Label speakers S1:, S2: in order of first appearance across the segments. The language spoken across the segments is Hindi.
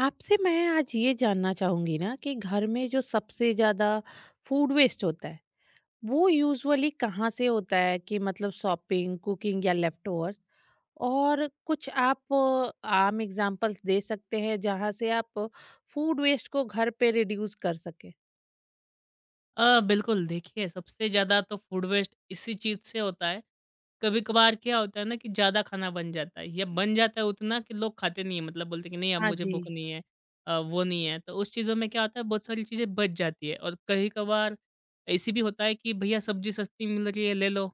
S1: आपसे मैं आज ये जानना चाहूँगी ना कि घर में जो सबसे ज़्यादा फूड वेस्ट होता है, वो यूजुअली कहाँ से होता है कि मतलब शॉपिंग, कुकिंग या लेफ्टओवर्स? और कुछ आप आम एग्ज़ाम्पल्स दे सकते हैं जहाँ से आप फूड वेस्ट को घर पे रिड्यूस कर सकें?
S2: बिल्कुल देखिए सबसे ज़्यादा तो फूड वेस्ट इसी चीज़ से होता है। कभी-कभार क्या होता है ना कि ज़्यादा खाना बन जाता है या बन जाता है उतना कि लोग खाते नहीं हैं मतलब बोलते हैं कि नहीं अब
S1: हाँ
S2: मुझे
S1: जी।
S2: भूख नहीं है वो नहीं है। तो उस चीज़ों में क्या होता है बहुत सारी चीज़ें बच जाती है और कभी-कभार ऐसी भी होता है कि भैया सब्ज़ी सस्ती मिल रही है ले लो।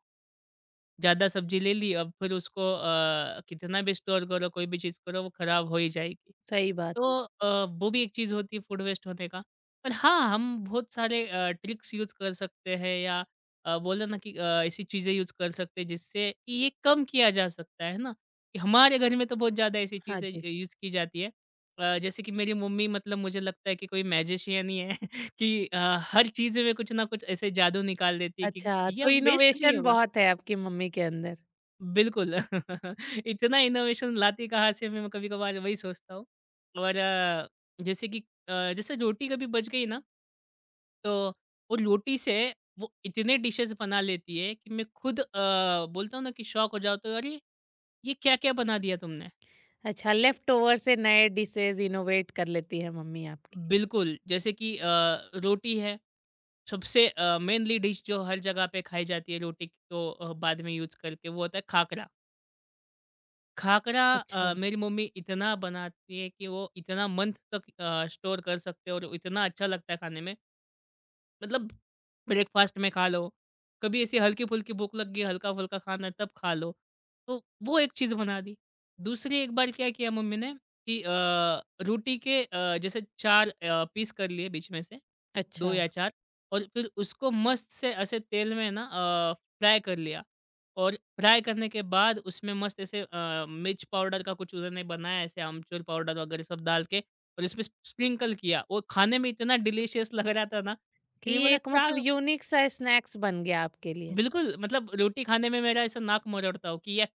S2: ज़्यादा सब्जी ले ली अब फिर उसको कितना भी स्टोर करो, कोई भी चीज़ करो, वो खराब हो ही जाएगी।
S1: सही बात है।
S2: तो वो भी एक चीज़ होती है फूड वेस्ट होने का। पर हाँ, हम बहुत सारे ट्रिक्स यूज़ कर सकते हैं या बोलो ना कि ऐसी चीज़ें यूज़ कर सकते हैं जिससे ये कम किया जा सकता है ना? कि हमारे घर में तो बहुत ज़्यादा ऐसी
S1: हाँ
S2: चीज़ें
S1: जी।
S2: यूज़ की जाती है। जैसे कि मेरी मम्मी मतलब मुझे लगता है कि कोई मैजिशियन ही है कि हर चीज़ में कुछ ना कुछ ऐसे जादू निकाल देती है कि
S1: अच्छा,
S2: ये
S1: तो
S2: वेस्ट नहीं
S1: इनोवेशन
S2: होगा।
S1: बहुत है आपकी मम्मी के अंदर।
S2: बिल्कुल। इतना इनोवेशन लाती कहाँ से मैं कभी-कभार वही सोचता हूँ। और जैसे कि जैसे रोटी कभी बच गई ना तो वो रोटी से वो इतने डिशेज़ बना लेती है कि मैं खुद बोलता हूँ ना कि शॉक हो जाता हूँ, "अरे! ये क्या-क्या बना दिया तुमने?"
S1: अच्छा, लेफ्टओवर से नए डिशेज़ इनोवेट कर लेती है मम्मी आपकी।
S2: बिल्कुल, जैसे कि रोटी है सबसे मेनली डिश जो हर जगह पे खाई जाती है रोटी को बाद में यूज़ करके वो होता है खाकरा। खाकरा
S1: अच्छा।
S2: मेरी मम्मी इतना बनाती है कि वो इतना मंथ तक स्टोर कर सकते हो और इतना अच्छा लगता है खाने में। मतलब ब्रेकफ़ास्ट में खा लो, कभी ऐसी हल्की-फुल्की भूख लग गई, हल्का-फुल्का खाना है तब खा लो। तो वो एक चीज़ बना दी। दूसरी एक बार क्या किया मम्मी ने कि रोटी के जैसे 4 पीस कर लिए बीच में से, 2
S1: अच्छा।
S2: या 4 और फिर उसको मस्त से ऐसे तेल में ना फ्राई कर लिया। और फ्राई करने के बाद उसमें मस्त ऐसे मिर्च पाउडर का कुछ उन्होंने बनाया ऐसे आमचूर पाउडर वगैरह सब डाल के और इसमें स्प्रिंकल किया। वो खाने में इतना डिलीशियस लग रहा था ना कि
S1: कि
S2: मैं
S1: ये
S2: बोला
S1: एक
S2: क्या
S1: मतलब यूनिक सा स्नैक्स बन गया आपके लिए।
S2: बिल्कुल मतलब रोटी खाने में मेरा ऐसा नाक मरोड़ता हो कि यार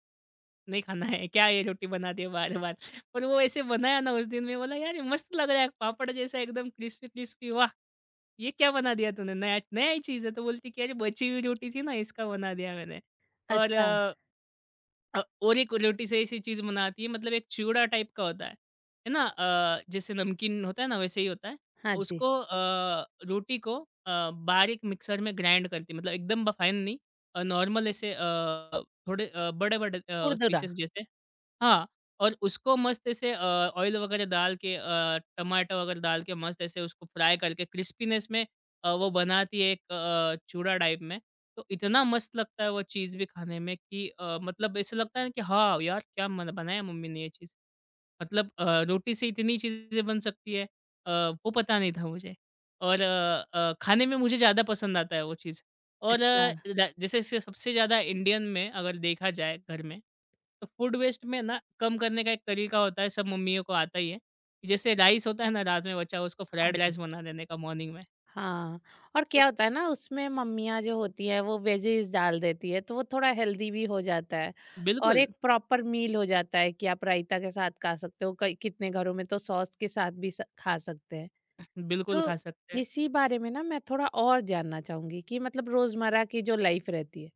S2: नहीं खाना है, क्या ये रोटी बना दी है बार-बार। पर वो ऐसे बनाया ना उस दिन मैं बोला यार ये मस्त लग रहा है पापड़ जैसा एकदम क्रिस्पी-क्रिस्पी वाह! ये क्या बना दिया तूने नया नया ही चीज़ है। तो बोलती कि अरे बची हुई रोटी थी ना इसका बना दिया मैंने। और
S1: अच्छा।
S2: और एक रोटी से ऐसी चीज़ बनाती है मतलब एक चिवड़ा टाइप का होता है ना? जैसे नमकीन होता है ना वैसे ही होता है।
S1: हाँ जी।
S2: रोटी को बारीक मिक्सर में ग्राइंड करती है मतलब एकदम ब फाइन नहीं नॉर्मल ऐसे थोड़े बड़े-बड़े
S1: खुरदुरा।
S2: पीसेस जैसे हाँ, और उसको मस्त ऐसे ऑयल वगैरह डाल के टमाटर वगैरह डाल के मस्त ऐसे उसको फ्राई करके क्रिस्पीनेस में वो बनाती है एक चूड़ा टाइप में। तो इतना मस्त लगता है वो चीज़ भी खाने में कि मतलब ऐसा लगता है कि हाँ, यार क्या मन बनाया मम्मी ने ये चीज़। मतलब रोटी से इतनी चीज़ें बन सकती है अ, वो पता नहीं था मुझे। और खाने में मुझे ज़्यादा पसंद आता है वो चीज़। और अ,
S1: अच्छा।
S2: द जैसे से सबसे ज़्यादा इंडियन में अगर देखा जाए घर में, तो फूड वेस्ट में ना कम करने का एक तरीका होता है, सब मम्मियों को आता ही है। कि जैसे राइस होता है ना रात में बचा हुआ, उसको
S1: हाँ
S2: फ्राइड
S1: जी।
S2: राइस बना देने का मॉर्निंग में।
S1: हाँ, और
S2: तो
S1: क्या होता है ना उसमें मम्मियाँ जो होती हैं वो वेजीज़ डाल देती है तो वो थोड़ा हेल्दी भी हो जाता है और
S2: बिल्कुल,
S1: एक प्रॉपर मील हो जाता है कि आप रायता के साथ खा सकते हो, कई कितने घरों में तो सॉस के साथ भी स खा सकते हैं।
S2: बिल्कुल
S1: तो
S2: खा सकते हैं।
S1: इसी बारे में ना मैं थोड़ा और जानना चाहूँगी कि मतलब रोज़मर्रा की जो लाइफ़ रहती है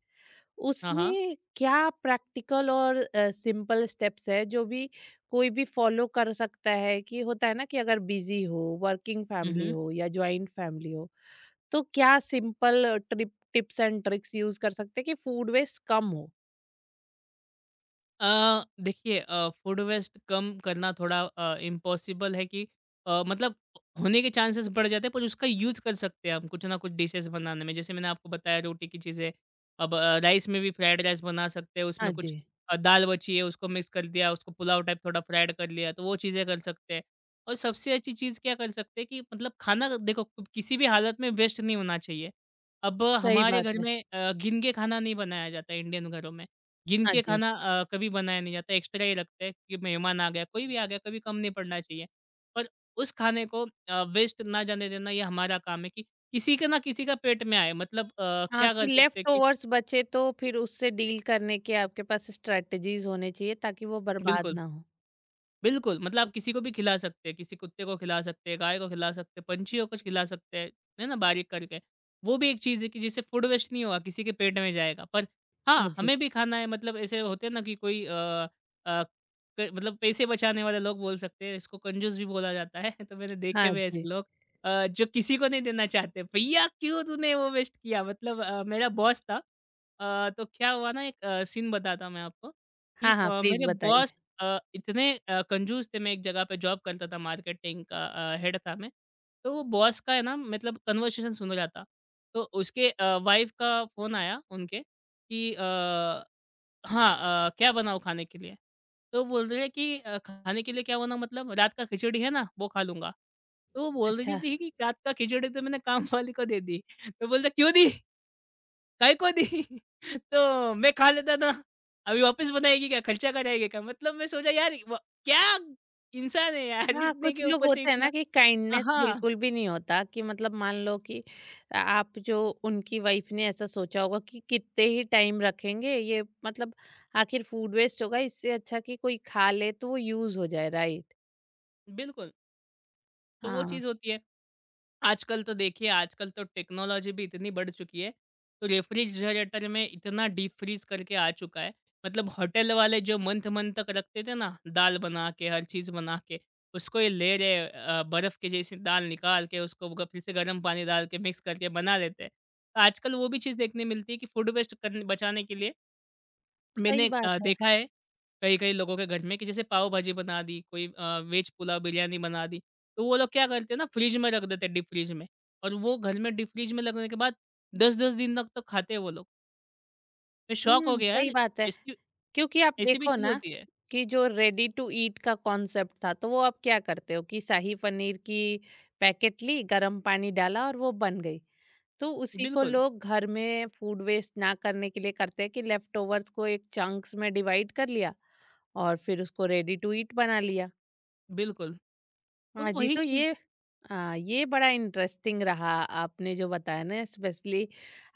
S2: हाँ, हाँ।
S1: उसमें क्या प्रैक्टिकल और सिंपल स्टेप्स है जो भी कोई भी फॉलो कर सकता है कि होता है ना कि अगर बिजी हो वर्किंग
S2: हुँ,
S1: फैमिली
S2: हुँ।
S1: हो या जॉइंट फैमिली हो तो क्या simple trip tips and tricks use कर सकते हैं कि फूड वेस्ट कम हो।
S2: देखिए फूड वेस्ट कम करना थोड़ा इम्पॉसिबल है कि मतलब होने के चांसेस बढ़ जाते हैं पर उसका यूज़ कर सकते हैं हम कुछ ना कुछ डिशेस बनाने में। जैसे मैंने आपको बताया रोटी की चीज़ें, अब राइस में भी फ्राइड राइस बना सकते हैं, उसमें
S1: हाँ जी।
S2: कुछ दाल बची है उसको मिक्स कर दिया, उसको पुलाव टाइप थोड़ा फ्राइड कर लिया, तो वो चीज़ें कर सकते हैं। और सबसे अच्छी चीज़ क्या कर सकते हैं कि मतलब खाना देखो किसी भी हालत में वेस्ट नहीं होना चाहिए। अब
S1: सही
S2: हमारे
S1: बात
S2: घर
S1: है।
S2: में गिन के खाना नहीं बनाया जाता है इंडियन घरों में। गिन
S1: हाँ
S2: के
S1: जी।
S2: खाना कभी बनाया नहीं जाता, एक्स्ट्रा ही लगता है कि मेहमान आ गया, कोई भी आ गया, कभी कम नहीं पड़ना चाहिए। पर उस खाने को वेस्ट ना जाने देना ये हमारा काम है कि किसी के ना किसी का पेट में आए मतलब
S1: हाँ
S2: क्या
S1: कि
S2: कर सकते हैं
S1: लेफ्ट
S2: कि
S1: ओवर्स बचे तो फिर उससे डील करने के आपके पास स्ट्रेटजीज होने चाहिए ताकि वो बर्बाद
S2: बिल्कुल।
S1: ना हो।
S2: बिल्कुल, मतलब आप किसी को भी खिला सकते हैं, किसी कुत्ते को खिला सकते हैं, गाय को खिला सकते हैं, पंछियों को खिला सकते हैं, है ना, बारीक करके। वो भी एक चीज़ है कि जिससे फूड वेस्ट नहीं होगा, किसी के पेट में जाएगा। पर
S1: हाँ
S2: हाँ,
S1: जी।
S2: हमें भी खाना है मतलब ऐसे होते हैं ना कि कोई अ अ, क मतलब पैसे बचाने वाले लोग बोल सकते हैं, इसको कंजूस भी बोला जाता है। तो मैंने देखे
S1: हाँ
S2: हुए हैं
S1: जी।
S2: ऐसे लोग जो किसी को नहीं देना चाहते। भैया क्यों तूने वो वेस्ट किया? मतलब मेरा बॉस था तो क्या हुआ ना एक सीन बताता हूँ मैं आपको कि
S1: हाँ हाँ, प्लीज
S2: मेरे बॉस
S1: बताइए।
S2: इतने कंजूस थे मैं एक जगह पे जॉब करता था मार्केटिंग का हेड था मैं। तो वो बॉस का है ना मतलब कन्वर्सेशन सुन रहा था। तो उसके वाइफ़ का फ़ोन आया उनके कि हाँ क्या बनाऊँ खाने के लिए? तो बोल रहे हैं कि खाने के लिए क्या बनाऊँ मतलब रात का खिचड़ी है ना वो खा लूँगा। तो वो बोल रही
S1: अच्छा।
S2: थी कि रात का खिचड़ी तो मैंने काम वाली को दे दी। तो बोलता क्यों दी? काय को दी? तो मैं खा लेता था। अभी वापस बनाएगी क्या? खर्चा कराएगी क्या? मतलब मैं सोचा यार व क्या इंसान है यार!
S1: हाँ,
S2: इतने
S1: कुछ
S2: के
S1: लोग
S2: ऊपर से
S1: होते हैं ना
S2: इतना
S1: कि काइंडनेस
S2: हाँ,
S1: बिल्कुल भी नहीं होता कि मतलब मान लो कि आप जो उनकी वाइफ ने ऐसा सोचा होगा कि कितने ही टाइम रखेंगे ये मतलब आखिर फूड वेस्ट होगा इससे अच्छा कि कोई खा ले तो वो यूज हो जाए, राइट।
S2: बिल्कुल। तो वो
S1: हाँ।
S2: चीज़ होती है। आजकल तो देखिए, आजकल तो टेक्नोलॉजी भी इतनी बढ़ चुकी है, तो रेफ्रिजरेटर में इतना डीप फ्रीज़ करके आ चुका है। मतलब होटल वाले जो मंथ-मंथ तक रखते थे ना, दाल बना के, हर चीज़ बना के, उसको ये ले रहे बर्फ़ के जैसी दाल निकाल के उसको ग फिर से गर्म पानी डाल के मिक्स करके बना लेते हैं। तो आजकल वो भी चीज़ देखने मिलती है कि फूड वेस्ट करने बचाने के लिए
S1: सही
S2: मैंने
S1: बात है।
S2: देखा है कई-कई लोगों के घर में कि जैसे पाव भाजी बना दी, कोई वेज पुलाव बिरयानी बना दी, तो वो लोग क्या करते हैं ना फ्रिज में रख देते हैं डीप फ्रिज में और वो घर में डीप फ्रिज में लगने के बाद 10-10 दिन तक तो खाते हैं वो लोग। मैं शॉक हो
S1: हम्म,
S2: गया
S1: सही
S2: यार
S1: बात है
S2: ऐसी
S1: क्योंकि आप
S2: ऐसी भी
S1: देखो
S2: चीज़
S1: ना
S2: होती है।
S1: कि जो रेडी टू ईट का कॉन्सेप्ट था तो वो आप क्या करते हो कि शाही पनीर की पैकेट ली, गरम पानी डाला और वो बन गई। तो उसी को
S2: बिल्कुल,
S1: लोग घर में फूड वेस्ट ना करने के लिए करते हैं कि लेफ्ट ओवर्स को एक चंक्स में डिवाइड कर लिया और फिर उसको रेडी टू ईट बना लिया।
S2: बिल्कुल, तो
S1: हाँ जी,
S2: वही
S1: तो
S2: चीज़
S1: ये ये बड़ा इंटरेस्टिंग रहा आपने जो बताया ना, स्पेशली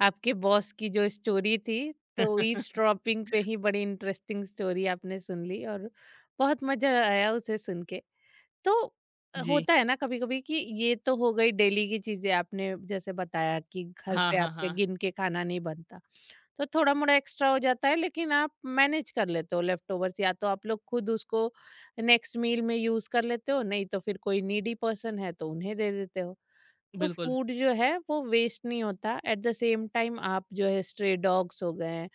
S1: आपके बॉस की जो स्टोरी थी, तो ईव्सड्रॉपिंग पे ही बड़ी इंटरेस्टिंग स्टोरी आपने सुन ली और बहुत मज़ा आया उसे सुन के। तो
S2: जी।
S1: होता है ना कभी-कभी कि ये तो हो गई डेली की चीज़ें। आपने जैसे बताया कि घर
S2: हाँ,
S1: पे
S2: हाँ,
S1: आपके
S2: हाँ।
S1: गिन के खाना नहीं बनता। तो थोड़ा-मोड़ा एक्स्ट्रा हो जाता है लेकिन आप मैनेज कर लेते हो लेफ्ट ओवर्स, या तो आप लोग खुद उसको नेक्स्ट मील में यूज़ कर लेते हो, नहीं तो फिर कोई नीडी पर्सन है तो उन्हें दे देते हो। तो
S2: बिल्कुल,
S1: फूड जो है वो वेस्ट नहीं होता। एट द सेम टाइम आप जो है स्ट्रे डॉग्स हो गए,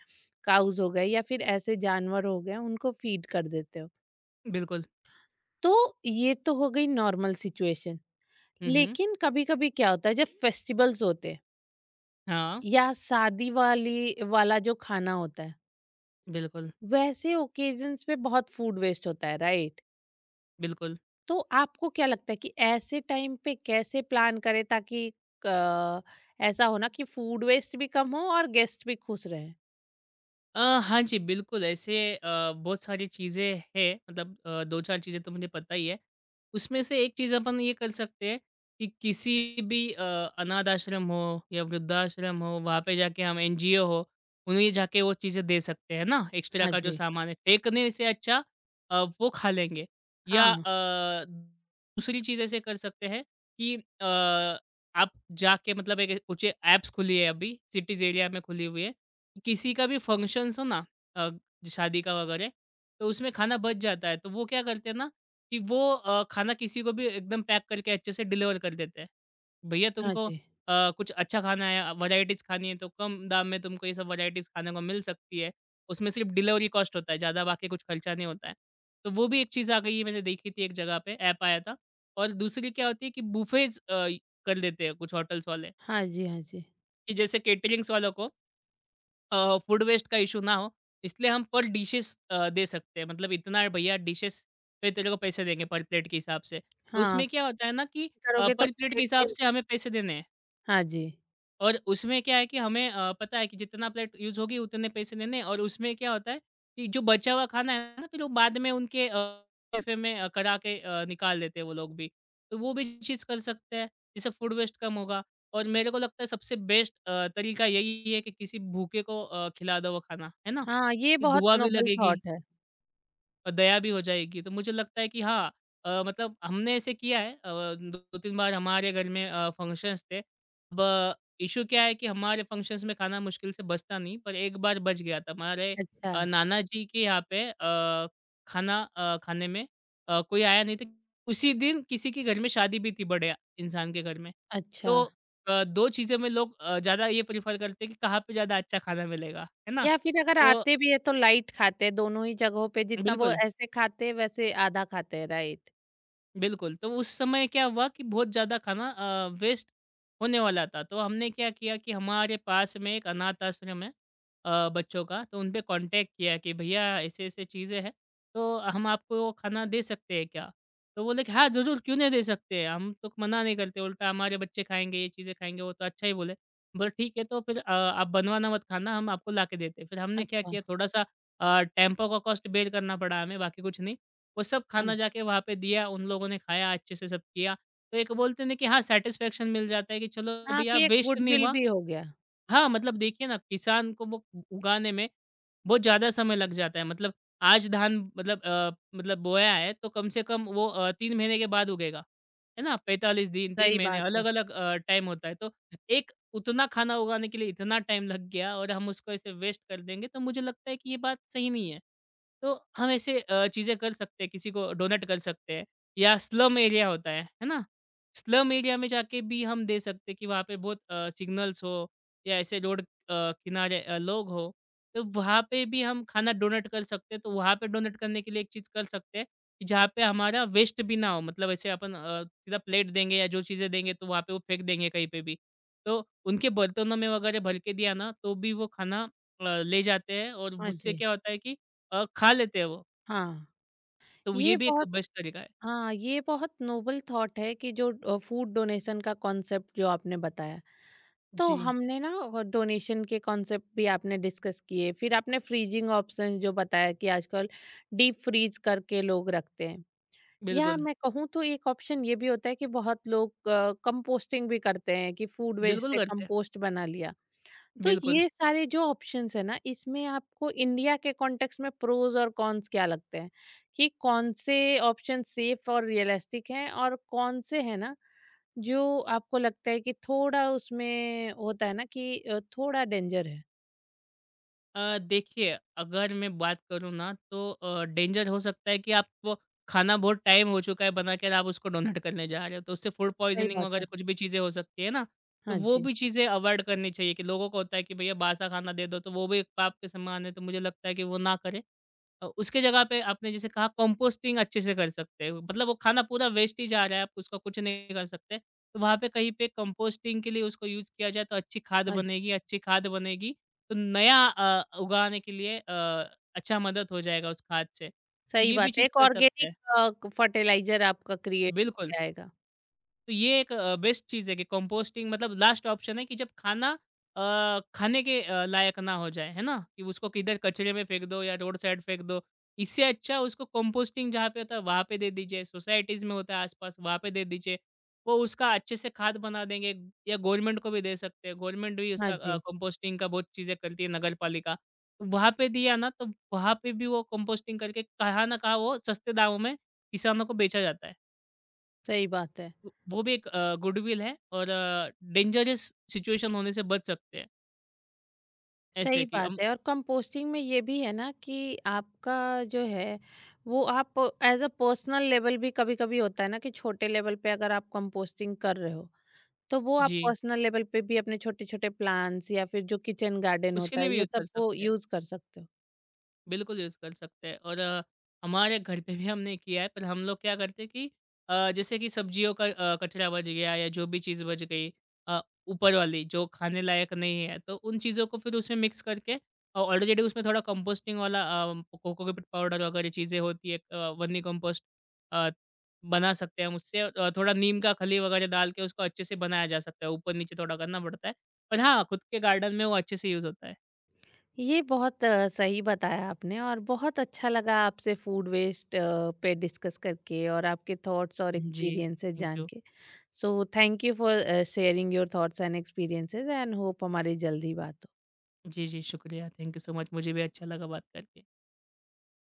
S1: काउज़ हो गए या फिर ऐसे जानवर हो गए उनको फीड कर देते हो।
S2: बिल्कुल।
S1: तो ये तो हो गई नॉर्मल सिचुएशन।
S2: हुँ, हुँ।
S1: लेकिन कभी-कभी क्या होता है जब फेस्टिवल्स होते हैं
S2: हाँ,
S1: या शादी वाली वाला जो खाना होता है
S2: बिल्कुल,
S1: वैसे ओकेजन्स पे बहुत फूड वेस्ट होता है, राइट।
S2: बिल्कुल।
S1: तो आपको क्या लगता है कि ऐसे टाइम पे कैसे प्लान करें ताकि अ, ऐसा हो ना कि फूड वेस्ट भी कम हो और गेस्ट भी खुश रहें।
S2: हाँ जी, बिल्कुल ऐसे बहुत सारी चीज़ें हैं मतलब 2-4 चीज़ें तो मुझे पता ही है। उसमें से एक चीज़ अपन ये कर सकते हैं कि किसी भी अनाथ आश्रम हो या वृद्धाश्रम हो, वहाँ पे जाके हम एनजीओ हो, उन्हें जाके वो चीज़ें दे सकते हैं ना, एक्स्ट्रा
S1: हाँ
S2: का जो
S1: जी।
S2: सामान है। फेंकने से अच्छा वो खा लेंगे या
S1: हाँ।
S2: दूसरी चीज़ ऐसे कर सकते हैं कि आप जाके मतलब एक ऊँचे ऐप्स खुली है अभी, सिटीज़ एरिया में खुली हुई है। किसी का भी फंक्शन्स हो ना अ, शादी का वगैरह तो उसमें खाना बच जाता है तो वो क्या करते हैं ना कि वो खाना किसी को भी एकदम पैक करके अच्छे से डिलीवर कर देते हैं भैया
S1: हाँ
S2: तुमको
S1: जी।
S2: कुछ अच्छा खाना है वैरायटीज खानी है तो कम दाम में तुमको ये सब वैरायटीज खाने को मिल सकती है उसमें सिर्फ डिलीवरी कॉस्ट होता है ज़्यादा बाकी कुछ खर्चा नहीं होता है तो वो भी एक चीज़ आ गई है मैंने देखी थी एक जगह पे ऐप आया था और दूसरी क्या होती है कि बुफेज कर देते हैं कुछ होटल्स वाले
S1: हाँ जी। हाँ जी।
S2: कि जैसे केटरिंग्स वालों को फूड वेस्ट का इशू ना हो इसलिए हम पर डिशेस दे सकते हैं मतलब इतना भैया डिशेस पे तेरे को पैसे देंगे पर प्लेट के हिसाब से तो
S1: हाँ,
S2: उसमें क्या होता है ना कि
S1: करोगे तो
S2: पर प्लेट के
S1: प्लेट।
S2: हिसाब से हमें पैसे देने हैं
S1: हाँ जी।
S2: और उसमें क्या है कि हमें पता है कि जितना प्लेट यूज़ होगी उतने पैसे देने और उसमें क्या होता है कि जो बचा हुआ खाना है ना फिर वो बाद में उनके कैफ़े में करा के निकाल देते हैं वो लोग भी। तो वो भी चीज़ कर सकते हैं, जिससे फूड वेस्ट कम होगा और मेरे को लगता है सबसे बेस्ट तरीका यही है कि किसी भूखे को खिला दो वो खाना, है ना?
S1: हाँ, ये
S2: कि
S1: बहुत
S2: दुआ भी
S1: नोबल
S2: लगेगी।
S1: थॉट है।
S2: और दया भी हो जाएगी। तो मुझे लगता है कि हाँ, मतलब हमने ऐसे किया है, 2-3 बार हमारे घर में फंक्शंस थे। अब इश्यू क्या है कि हमारे फंक्शंस में खाना मुश्किल से बचता नहीं, पर एक बार बच गया था। हमारे
S1: अच्छा।
S2: नाना जी के यहाँ पे खाना खाने में कोई आया नहीं था। उसी दिन किसी के घर में शादी भी थी बड़े इंसान के घर में।
S1: अच्छा।
S2: तो 2 चीज़ों में लोग ज़्यादा ये प्रेफ़र करते हैं कि कहाँ पे ज़्यादा अच्छा खाना मिलेगा, है ना?
S1: या फिर अगर
S2: तो
S1: आते भी है तो लाइट खाते हैं, दोनों ही जगहों पे जितना वो
S2: बिल्कुल।
S1: ऐसे खाते हैं वैसे आधा खाते हैं, राइट।
S2: बिल्कुल, तो उस समय क्या हुआ कि बहुत ज़्यादा खाना वेस्ट होने वाला था, तो हमने क्या किया कि हमारे पास में एक अनाथ आश्रम है बच्चों का, तो उनपे कॉन्टैक्ट किया कि भैया ऐसे-ऐसे चीज़ें हैं, तो हम आपको वो खाना दे सकते हैं क्या? तो बोले कि हाँ, ज़रूर क्यों नहीं दे सकते हैं, हम तो मना नहीं करते, उल्टा हमारे बच्चे खाएँगे, ये चीज़ें खाएँगे, वो तो अच्छा ही बोले। बोले ठीक है, तो फिर आप बनवाना मत खाना, हम आपको ला के देते हैं। फिर हमने क्या
S1: अच्छा।
S2: किया थोड़ा-सा टेम्पो का कॉस्ट बेयर करना पड़ा हमें, बाकी कुछ नहीं। वो सब
S1: हाँ
S2: खाना
S1: जी।
S2: जाके वहाँ पे दिया, उन लोगों ने खाया, अच्छे से सब किया। तो एक बोलते हैं ना कि हाँ सैटिस्फैक्शन मिल जाता है कि चलो
S1: हाँ,
S2: भैया
S1: कि एक
S2: वेस्ट नहीं
S1: गुडविल
S2: हुआ,
S1: भी हो गया।
S2: हाँ, मतलब देखिए ना किसान को वो उ उगाने में बहुत ज़्यादा समय लग जाता है। मतलब आज धान मतलब बोया है तो कम से कम वो 3 महीने के बाद उगेगा, है ना? 45 दिन, 3
S1: सही
S2: महीने
S1: बात है।
S2: अलग-अलग टाइम होता है। तो एक उतना खाना उगाने के लिए इतना टाइम लग गया और हम उसको ऐसे वेस्ट कर देंगे तो मुझे लगता है कि ये बात सही नहीं है। तो हम ऐसे चीज़ें कर सकते हैं, किसी को डोनेट कर सकते हैं या स्लम एरिया होता है ना? स्लम एरिया में जाके भी हम दे सकते हैं कि वहाँ पे बहुत सिग्नल्स हो या ऐसे रोड किनारे लोग हो, तो वहाँ पे भी हम खाना डोनेट कर सकते हैं। तो वहाँ पे डोनेट करने के लिए एक चीज़ कर सकते हैं कि जहाँ पे हमारा वेस्ट भी ना हो। मतलब ऐसे अपन सीधा प्लेट देंगे या जो चीज़ें देंगे तो वहाँ पे वो फेंक देंगे कहीं पे भी। तो उनके बर्तनों में वगैरह भर के दिया ना तो भी वो खाना ले जाते हैं और
S1: हाँ
S2: उससे
S1: जी।
S2: क्या होता है कि खा लेते हैं वो।
S1: हाँ।
S2: तो ये
S1: ये
S2: भी एक
S1: बहुत
S2: बेस्ट तरीका है।
S1: हाँ, ये बहुत नोबल थॉट है कि जो फूड डोनेशन का कॉन्सेप्ट जो आपने बताया। तो
S2: जी,
S1: हमने ना डोनेशन के कॉन्सेप्ट भी आपने डिस्कस किए, फिर आपने फ्रीजिंग ऑप्शंस जो बताया कि आजकल डीप फ्रीज करके लोग रखते हैं। या
S2: बिल्कुल।
S1: मैं कहूँ तो एक ऑप्शन ये भी होता है कि बहुत लोग कंपोस्टिंग भी करते हैं कि फूड वेस्ट
S2: बिल्कुल
S1: से
S2: करते हैं।
S1: कंपोस्ट बना लिया। तो
S2: बिल्कुल।
S1: ये सारे जो ऑप्शंस है ना इसमें आपको इंडिया के कॉन्टेक्स्ट में प्रोज और कॉन्स क्या लगते हैं? कि कौन से ऑप्शन सेफ और रियलिस्टिक हैं और कौन से हैं ना जो आपको लगता है कि थोड़ा उसमें होता है ना कि थोड़ा डेंजर है?
S2: देखिए, अगर मैं बात करूँ ना तो डेंजर हो सकता है कि आपको खाना बहुत टाइम हो चुका है बना के और आप उसको डोनेट करने जा रहे हो, तो उससे फूड
S1: सही
S2: पॉइज़निंग
S1: बात है।
S2: वगैरह कुछ भी चीज़ें हो सकती है ना। तो
S1: हाँ
S2: वो
S1: जी।
S2: भी चीज़ें अवॉइड करनी चाहिए कि लोगों को होता है कि भैया बासा खाना दे दो, तो वो भी एक पाप के समान है, तो मुझे लगता है कि वो ना करें। उसके जगह पे आपने जैसे कहा कंपोस्टिंग अच्छे से कर सकते हैं। मतलब वो खाना पूरा वेस्ट ही जा रहा है, आप उसका कुछ नहीं कर सकते। तो वहाँ पे कहीं पे कंपोस्टिंग के लिए उसको यूज़ किया जाए तो
S1: हाँ जी।
S2: अच्छी खाद बनेगी तो नया उगाने के लिए अच्छा मदद हो जाएगा उस खाद से। तो
S1: सही
S2: ये भी
S1: बात है।
S2: चीज़
S1: एक
S2: कर सकते
S1: ऑर्गेनिक
S2: हैं।
S1: अ, क फर्टिलाइज़र आपका क्रिएट
S2: बिल्कुल।
S1: होके आएगा।
S2: तो ये एक बेस्ट चीज़ है कि कंपोस्टिंग मतलब लास्ट ऑप्शन है कि जब खाना खाने के लायक ना हो जाए, है ना? कि उसको किधर कचरे में फेंक दो या रोड साइड फेंक दो। इससे अच्छा उसको कंपोस्टिंग जहाँ पे होता है वहाँ पे दे दीजिए, सोसाइटीज़ में होता है आस-पास वहाँ पे दे दीजिए। वो उसका अच्छे से खाद बना देंगे या गवर्नमेंट को भी दे सकते हैं। गवर्नमेंट भी
S1: हाँ
S2: उसका
S1: जी।
S2: कंपोस्टिंग का बहुत चीज़ें करती है नगर पालिका। तो वहाँ पे दिया ना तो वहाँ पे भी वो कंपोस्टिंग करके कहाँ ना कहाँ वो सस्ते दामों में किसानों को बेचा जाता है।
S1: सही बात है,
S2: वो भी एक गुडविल है और डेंजरस सिचुएशन होने से बच सकते हैं, ऐसे
S1: सही
S2: कि हम
S1: बात है और कंपोस्टिंग में ये भी है ना कि आपका जो है वो आप एज़ अ पर्सनल लेवल भी कभी-कभी होता है ना कि छोटे लेवल पे अगर आप कंपोस्टिंग कर रहे हो, तो वो आप
S2: जी,
S1: पर्सनल लेवल पे भी अपने छोटे-छोटे प्लांट्स या फिर जो किचन गार्डन
S2: उसके
S1: होता
S2: लिए
S1: है,
S2: भी
S1: ये
S2: यूज़ कर
S1: सबको
S2: सकते हैं।
S1: यूज़ कर सकते हो।
S2: बिल्कुल यूज़ कर सकते हैं और हमारे घर पे भी हमने किया है पर हम लोग क्या करते हैं कि जैसे कि सब्जियों का कचरा बच गया या जो भी चीज़ बच गई, अ, ऊपर वाली जो खाने लायक नहीं है तो उन चीज़ों को फिर उसमें मिक्स करके और ऑलरेडी उसमें थोड़ा कंपोस्टिंग वाला कोकोपीट पाउडर वगैरह चीज़ें होती है, वर्मी कंपोस्ट अ, बना सकते हैं हम उससे और थोड़ा नीम का खली वगैरह डाल के उसको अच्छे से बनाया जा सकता है, ऊपर नीचे थोड़ा करना पड़ता है पर हाँ खुद के गार्डन में वो अच्छे से यूज़ होता है।
S1: ये बहुत सही बताया आपने और बहुत अच्छा लगा आपसे फूड वेस्ट पे डिस्कस करके और आपके थॉट्स और
S2: जी,
S1: एक्सपीरियंसेस
S2: थैंक
S1: जान
S2: you.
S1: K. So thank you for sharing your thoughts and experiences and hope हमारी जल्दी बात हो।
S2: जी, जी, शुक्रिया। Thank you so much. मुझे भी अच्छा लगा बात करके।